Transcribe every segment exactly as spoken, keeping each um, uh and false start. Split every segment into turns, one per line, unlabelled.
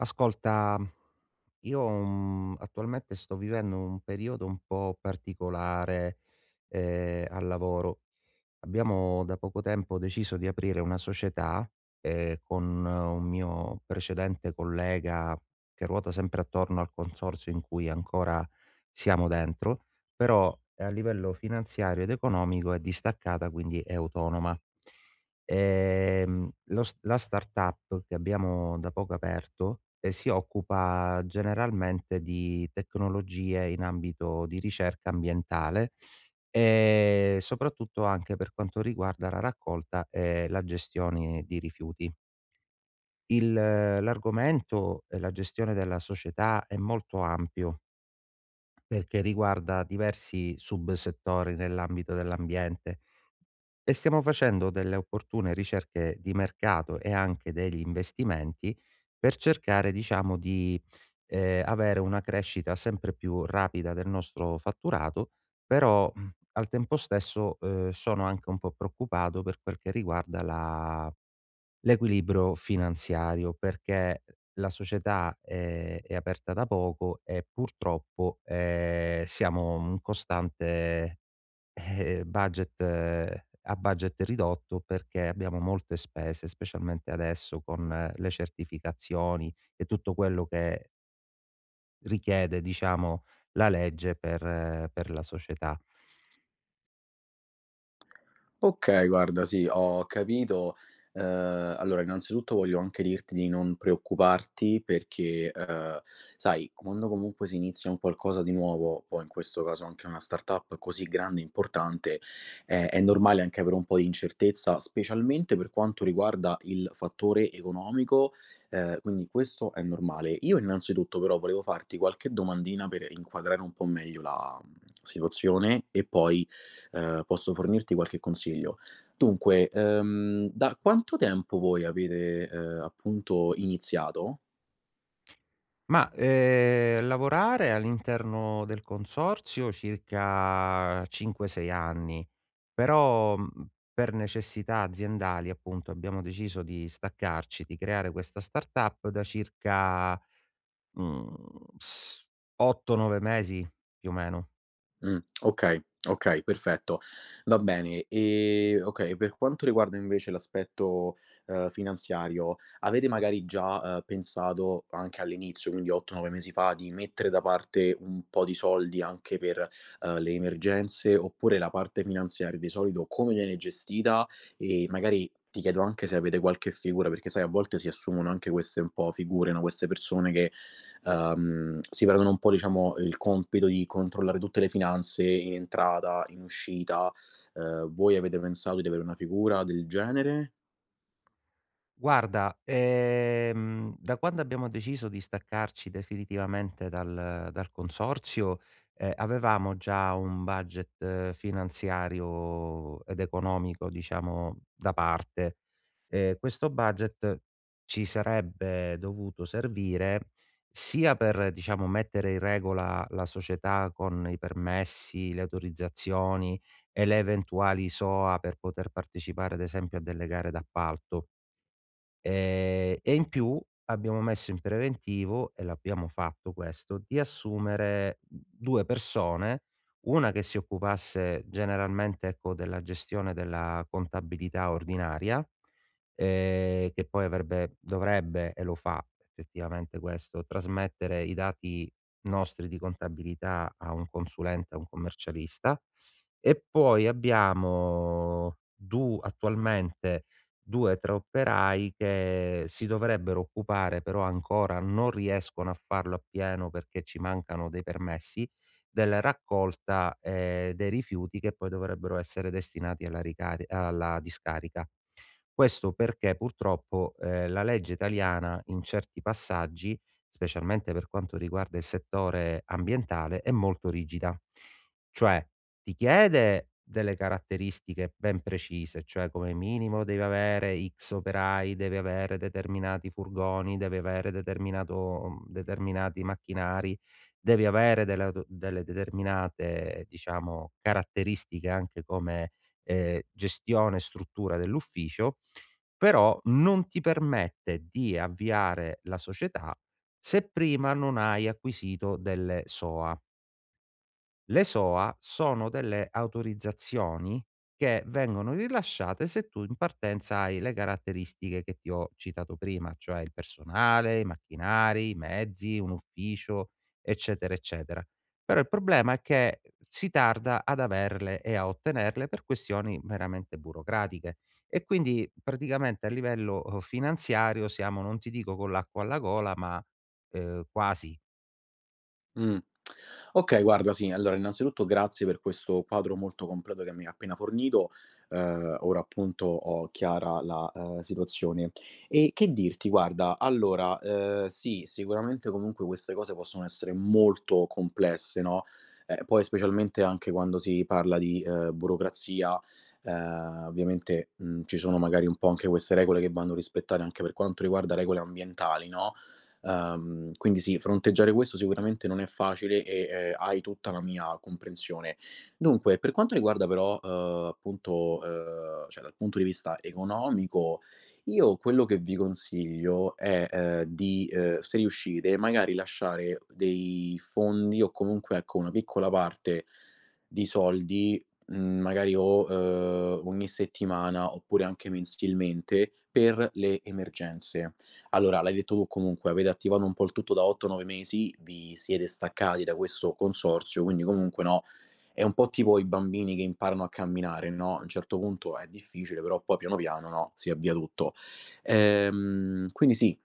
Ascolta, io, mhmm, attualmente sto vivendo un periodo un po' particolare, ehm, al lavoro. Abbiamo da poco tempo deciso di aprire una società, ehm, con eh, un mio precedente collega che ruota sempre attorno al consorzio in cui ancora siamo dentro, però eh, a livello finanziario ed economico è distaccata, quindi è autonoma. Ehm, lo s La startup che abbiamo da poco aperto, ehm, si occupa generalmente di tecnologie in ambito di ricerca ambientale e soprattutto anche per quanto riguarda la raccolta e la gestione di rifiuti. Il l'argomento e la gestione della società è molto ampio perché riguarda diversi subsettori nell'ambito dell'ambiente, e stiamo facendo delle opportune ricerche di mercato e anche degli investimenti per cercare, diciamo, di, ehm, avere una crescita sempre più rapida del nostro fatturato, però, mhmm, al tempo stesso, uhm, sono anche un po' preoccupato per quel che riguarda la l'equilibrio finanziario, perché la società è è aperta da poco e purtroppo, ehm, siamo un costante eh, budget eh, a budget ridotto perché abbiamo molte spese, specialmente adesso con eh, le certificazioni e tutto quello che richiede, diciamo, la legge per eh, per la società.
Okay, guarda sì, ho capito. Ehm, allora innanzitutto voglio anche dirti di non preoccuparti perché, ehm, sai, quando comunque si inizia un qualcosa di nuovo, poi in questo caso anche una startup così grande e importante, è è normale anche avere un po' di incertezza, specialmente per quanto riguarda il fattore economico, ehm, quindi questo è normale. Io innanzitutto però volevo farti qualche domandina per inquadrare un po' meglio la, mhmm, situazione e poi ehm, posso fornirti qualche consiglio. Dunque, ehm, da quanto tempo voi avete, ehm, appunto iniziato?
Ma, ehm, lavorare all'interno del consorzio circa 5, 6 anni, però, mhmm, per necessità aziendali appunto abbiamo deciso di staccarci, di creare questa startup da circa Mhmm, s 8, 9 mesi più o meno.
Mh, okay, okay, perfetto. Va bene. Ehm, okay, per quanto riguarda invece l'aspetto, ehm, finanziario, avete magari già, ehm, pensato anche all'inizio, quindi otto, nove mesi fa, di mettere da parte un po' di soldi anche per, ehm, le emergenze? Oppure la parte finanziaria di solito come viene gestita? E magari ti chiedo anche se avete qualche figura, perché sai a volte si assumono anche queste un po' figure, no, queste persone che ehm, si prendono un po', diciamo, il compito di controllare tutte le finanze in entrata, in uscita. Ehm, voi avete pensato di avere una figura del genere?
Guarda, ehm, da quando abbiamo deciso di staccarci definitivamente dal dal consorzio, ehm, avevamo già un budget eh, finanziario ed economico, diciamo, da parte. Ehm, questo budget ci sarebbe dovuto servire sia per, diciamo, mettere in regola la società con i permessi, le autorizzazioni e le eventuali S O A per poter partecipare, ad esempio, a delle gare d'appalto. Ehm, e in più abbiamo messo in preventivo, e l'abbiamo fatto questo, di assumere due persone, una che si occupasse generalmente, ecco, della gestione della contabilità ordinaria, ehm, che poi avrebbe dovrebbe, e lo fa effettivamente questo, trasmettere i dati nostri di contabilità a un consulente, a un commercialista, e poi abbiamo du attualmente due, tre operai che si dovrebbero occupare, però ancora non riescono a farlo appieno perché ci mancano dei permessi, della raccolta, ehm, dei rifiuti che poi dovrebbero essere destinati alla ricari alla discarica. Questo perché purtroppo, ehm, la legge italiana in certi passaggi, specialmente per quanto riguarda il settore ambientale, è molto rigida. Cioè ti chiede delle caratteristiche ben precise, cioè come minimo deve avere X operai, deve avere determinati furgoni, deve avere determinato, mhmm, determinati macchinari, devi avere delle auto delle determinate, diciamo, caratteristiche anche come, ehm, gestione e struttura dell'ufficio, però non ti permette di avviare la società se prima non hai acquisito delle S O A. Le S O A sono delle autorizzazioni che vengono rilasciate se tu in partenza hai le caratteristiche che ti ho citato prima, cioè il personale, i macchinari, i mezzi, un ufficio, eccetera, eccetera. Però il problema è che si tarda ad averle e a ottenerle per questioni meramente burocratiche e quindi praticamente a livello eh, finanziario siamo, non ti dico con l'acqua alla gola, ma eh, quasi.
Mh. Okay, guarda sì, allora innanzitutto grazie per questo quadro molto completo che mi hai appena fornito. Ehm, ora appunto ho chiara la, ehm, situazione. E che dirti, guarda, allora, ehm, sì, sicuramente comunque queste cose possono essere molto complesse, no, ehm, poi specialmente anche quando si parla di, ehm, burocrazia, ehm, ovviamente, mhmm, ci sono magari un po' anche queste regole che vanno rispettate anche per quanto riguarda regole ambientali, no. Ehm, quindi sì, fronteggiare questo sicuramente non è facile e, ehm, hai tutta la mia comprensione. Dunque, per quanto riguarda però, uhm, appunto, uhm, cioè dal punto di vista economico, io quello che vi consiglio è, ehm, di, uhm, se riuscite, magari lasciare dei fondi o comunque, ecco, una piccola parte di soldi, mhmm, magari o, uhm, ogni settimana oppure anche mensilmente per le emergenze. Allora, l'hai detto tu comunque, avete attivato un po' il tutto da otto, nove mesi, vi siete staccati da questo consorzio, quindi comunque, no, è un po' tipo i bambini che imparano a camminare, no, a un certo punto è difficile, però poi piano piano, no, si avvia tutto. Ehm, quindi sì,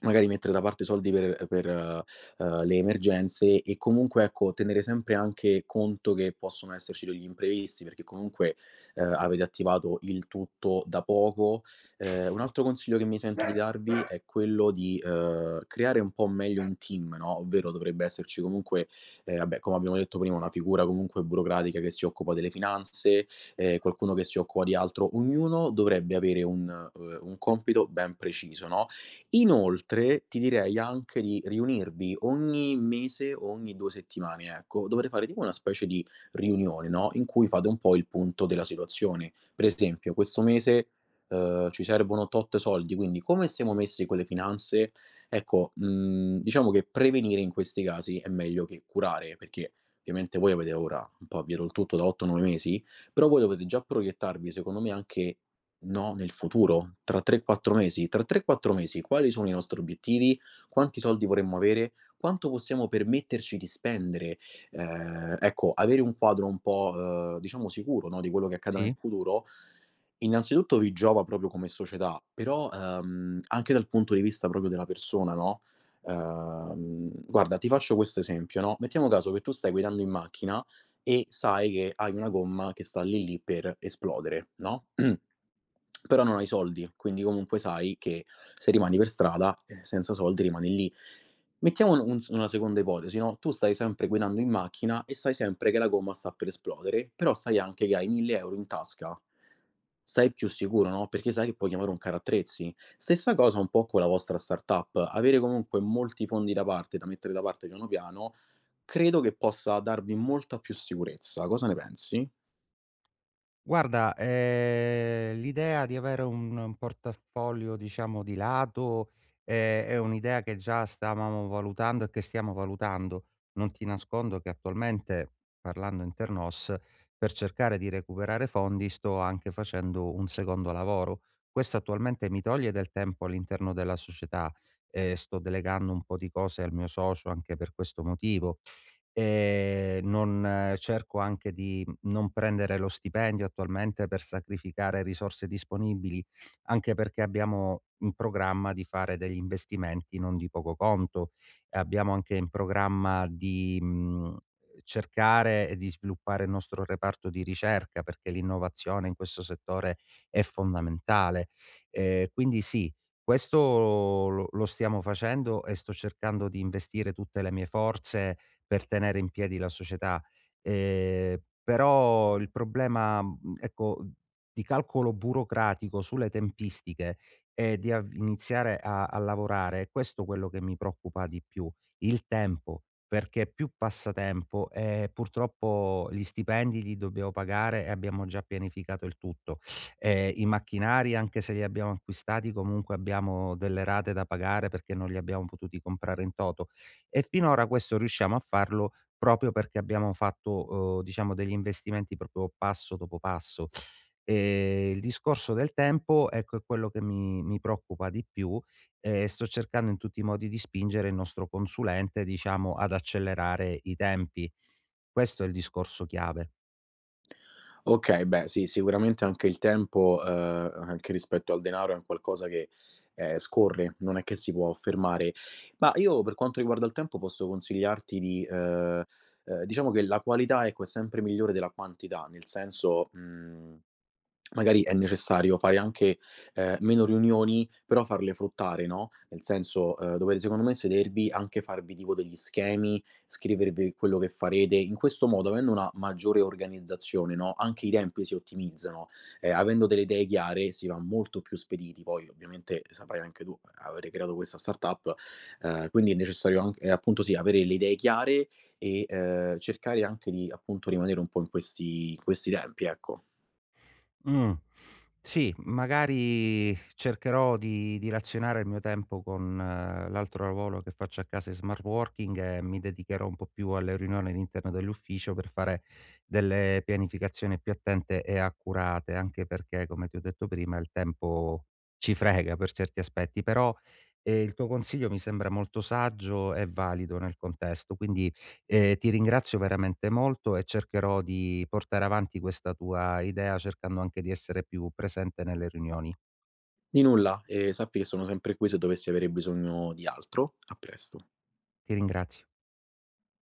magari mettere da parte soldi per per, ehm, le emergenze e comunque, ecco, tenere sempre anche conto che possono esserci degli imprevisti, perché comunque, ehm, avete attivato il tutto da poco. Ehm, un altro consiglio che mi sento di darvi è quello di, ehm, creare un po' meglio un team, no, ovvero dovrebbe esserci comunque, ehm, vabbè, come abbiamo detto prima, una figura comunque burocratica che si occupa delle finanze, ehm, qualcuno che si occupa di altro. Ognuno dovrebbe avere un, ehm, un compito ben preciso, no. Inoltre ti direi anche di riunirvi ogni mese o ogni due settimane, ecco, dovrete fare tipo una specie di riunione, no, in cui fate un po' il punto della situazione. Per esempio: "Questo mese, uhm, ci servono tot soldi, quindi come stiamo messi con le finanze?" Ecco, mhmm, diciamo che prevenire in questi casi è meglio che curare, perché ovviamente voi avete ora un po' avviato il tutto da otto, nove mesi, però voi dovete già proiettarvi secondo me anche, no, nel futuro, tra tre, quattro mesi. Tra tre, quattro mesi quali sono i nostri obiettivi? Quanti soldi vorremmo avere? Quanto possiamo permetterci di spendere? Ehm, ecco, avere un quadro un po', ehm, diciamo sicuro, no, di quello che accadrà in
Sì?
futuro, innanzitutto vi giova proprio come società, però, ehm, anche dal punto di vista proprio della persona, no. Ehm, guarda, ti faccio questo esempio, no, mettiamo caso che tu stai guidando in macchina e sai che hai una gomma che sta lì lì per esplodere, no, però non hai soldi, quindi comunque sai che se rimani per strada, ehm, senza soldi rimani lì. Mettiamo un un s una seconda ipotesi, no, tu stai sempre guidando in macchina e sai sempre che la gomma sta per esplodere, però sai anche che hai mille euro € in tasca. Sei più sicuro, no, perché sai che puoi chiamare un carrozzeria. Stessa cosa un po' con la vostra startup, avere comunque molti fondi da parte, da mettere da parte piano piano, credo che possa darvi molta più sicurezza. Cosa ne pensi?
Guarda, ehm, l'idea di avere un un portafoglio, diciamo, di lato, ehm, è un'idea che già stavamo valutando e che stiamo valutando. Non ti nascondo che attualmente, parlando internos, per cercare di recuperare fondi sto anche facendo un secondo lavoro. Questo attualmente mi toglie del tempo all'interno della società, ehm, sto delegando un po' di cose al mio socio anche per questo motivo. Ehm, non eh, Cerco anche di non prendere lo stipendio attualmente per sacrificare risorse disponibili, anche perché abbiamo in programma di fare degli investimenti non di poco conto. Abbiamo anche in programma di, mhmm, cercare e di sviluppare il nostro reparto di ricerca, perché l'innovazione in questo settore è fondamentale. Ehm, quindi sì, questo lo lo stiamo facendo e sto cercando di investire tutte le mie forze per tenere in piedi la società. Ehm, però il problema, mhmm, ecco, mhmm, di calcolo burocratico sulle tempistiche e di av iniziare a a lavorare, è questo quello che mi preoccupa di più, il tempo, perché più passa tempo, ehm, purtroppo gli stipendi li dobbiamo pagare e abbiamo già pianificato il tutto. Ehm, I macchinari, anche se li abbiamo acquistati, comunque abbiamo delle rate da pagare perché non li abbiamo potuti comprare in toto e finora questo riusciamo a farlo proprio perché abbiamo fatto, uhm, diciamo degli investimenti proprio passo dopo passo. Ehm, il discorso del tempo, ecco, è quello che mi mi preoccupa di più e sto cercando in tutti i modi di spingere il nostro consulente, diciamo, ad accelerare i tempi. Questo è il discorso chiave.
Okay, beh sì, sicuramente anche il tempo, ehm, anche rispetto al denaro è un qualcosa che, ehm, scorre, non è che si può fermare. Ma io per quanto riguarda il tempo posso consigliarti di ehm, ehm, diciamo che la qualità, ecco, è sempre migliore della quantità, nel senso, mhmm. Magari è necessario fare anche, ehm, meno riunioni, però farle fruttare, no, nel senso, ehm, dovete secondo me sedervi, anche farvi tipo degli schemi, scrivervi quello che farete. In questo modo, avendo una maggiore organizzazione, no, anche i tempi si ottimizzano. Ehm, avendo delle idee chiare si va molto più spediti. Poi ovviamente saprai anche tu, eh, avete creato questa startup, ehm, quindi è necessario anc ehm, appunto sì, avere le idee chiare e, ehm, cercare anche di, appunto, rimanere un po' in questi in questi tempi, ecco.
Mh. Sì, magari cercherò di di razionare il mio tempo con eh, l'altro lavoro che faccio a casa in smart working e mi dedicherò un po' più alle riunioni all'interno dell'ufficio per fare delle pianificazioni più attente e accurate, anche perché, come ti ho detto prima, il tempo ci frega per certi aspetti. Però, ehm, il tuo consiglio mi sembra molto saggio e valido nel contesto, quindi Ehm, ti ringrazio veramente molto e cercherò di portare avanti questa tua idea cercando anche di essere più presente nelle riunioni.
Di nulla e sappi che sono sempre qui se dovessi avere bisogno di altro. A presto.
Ti ringrazio.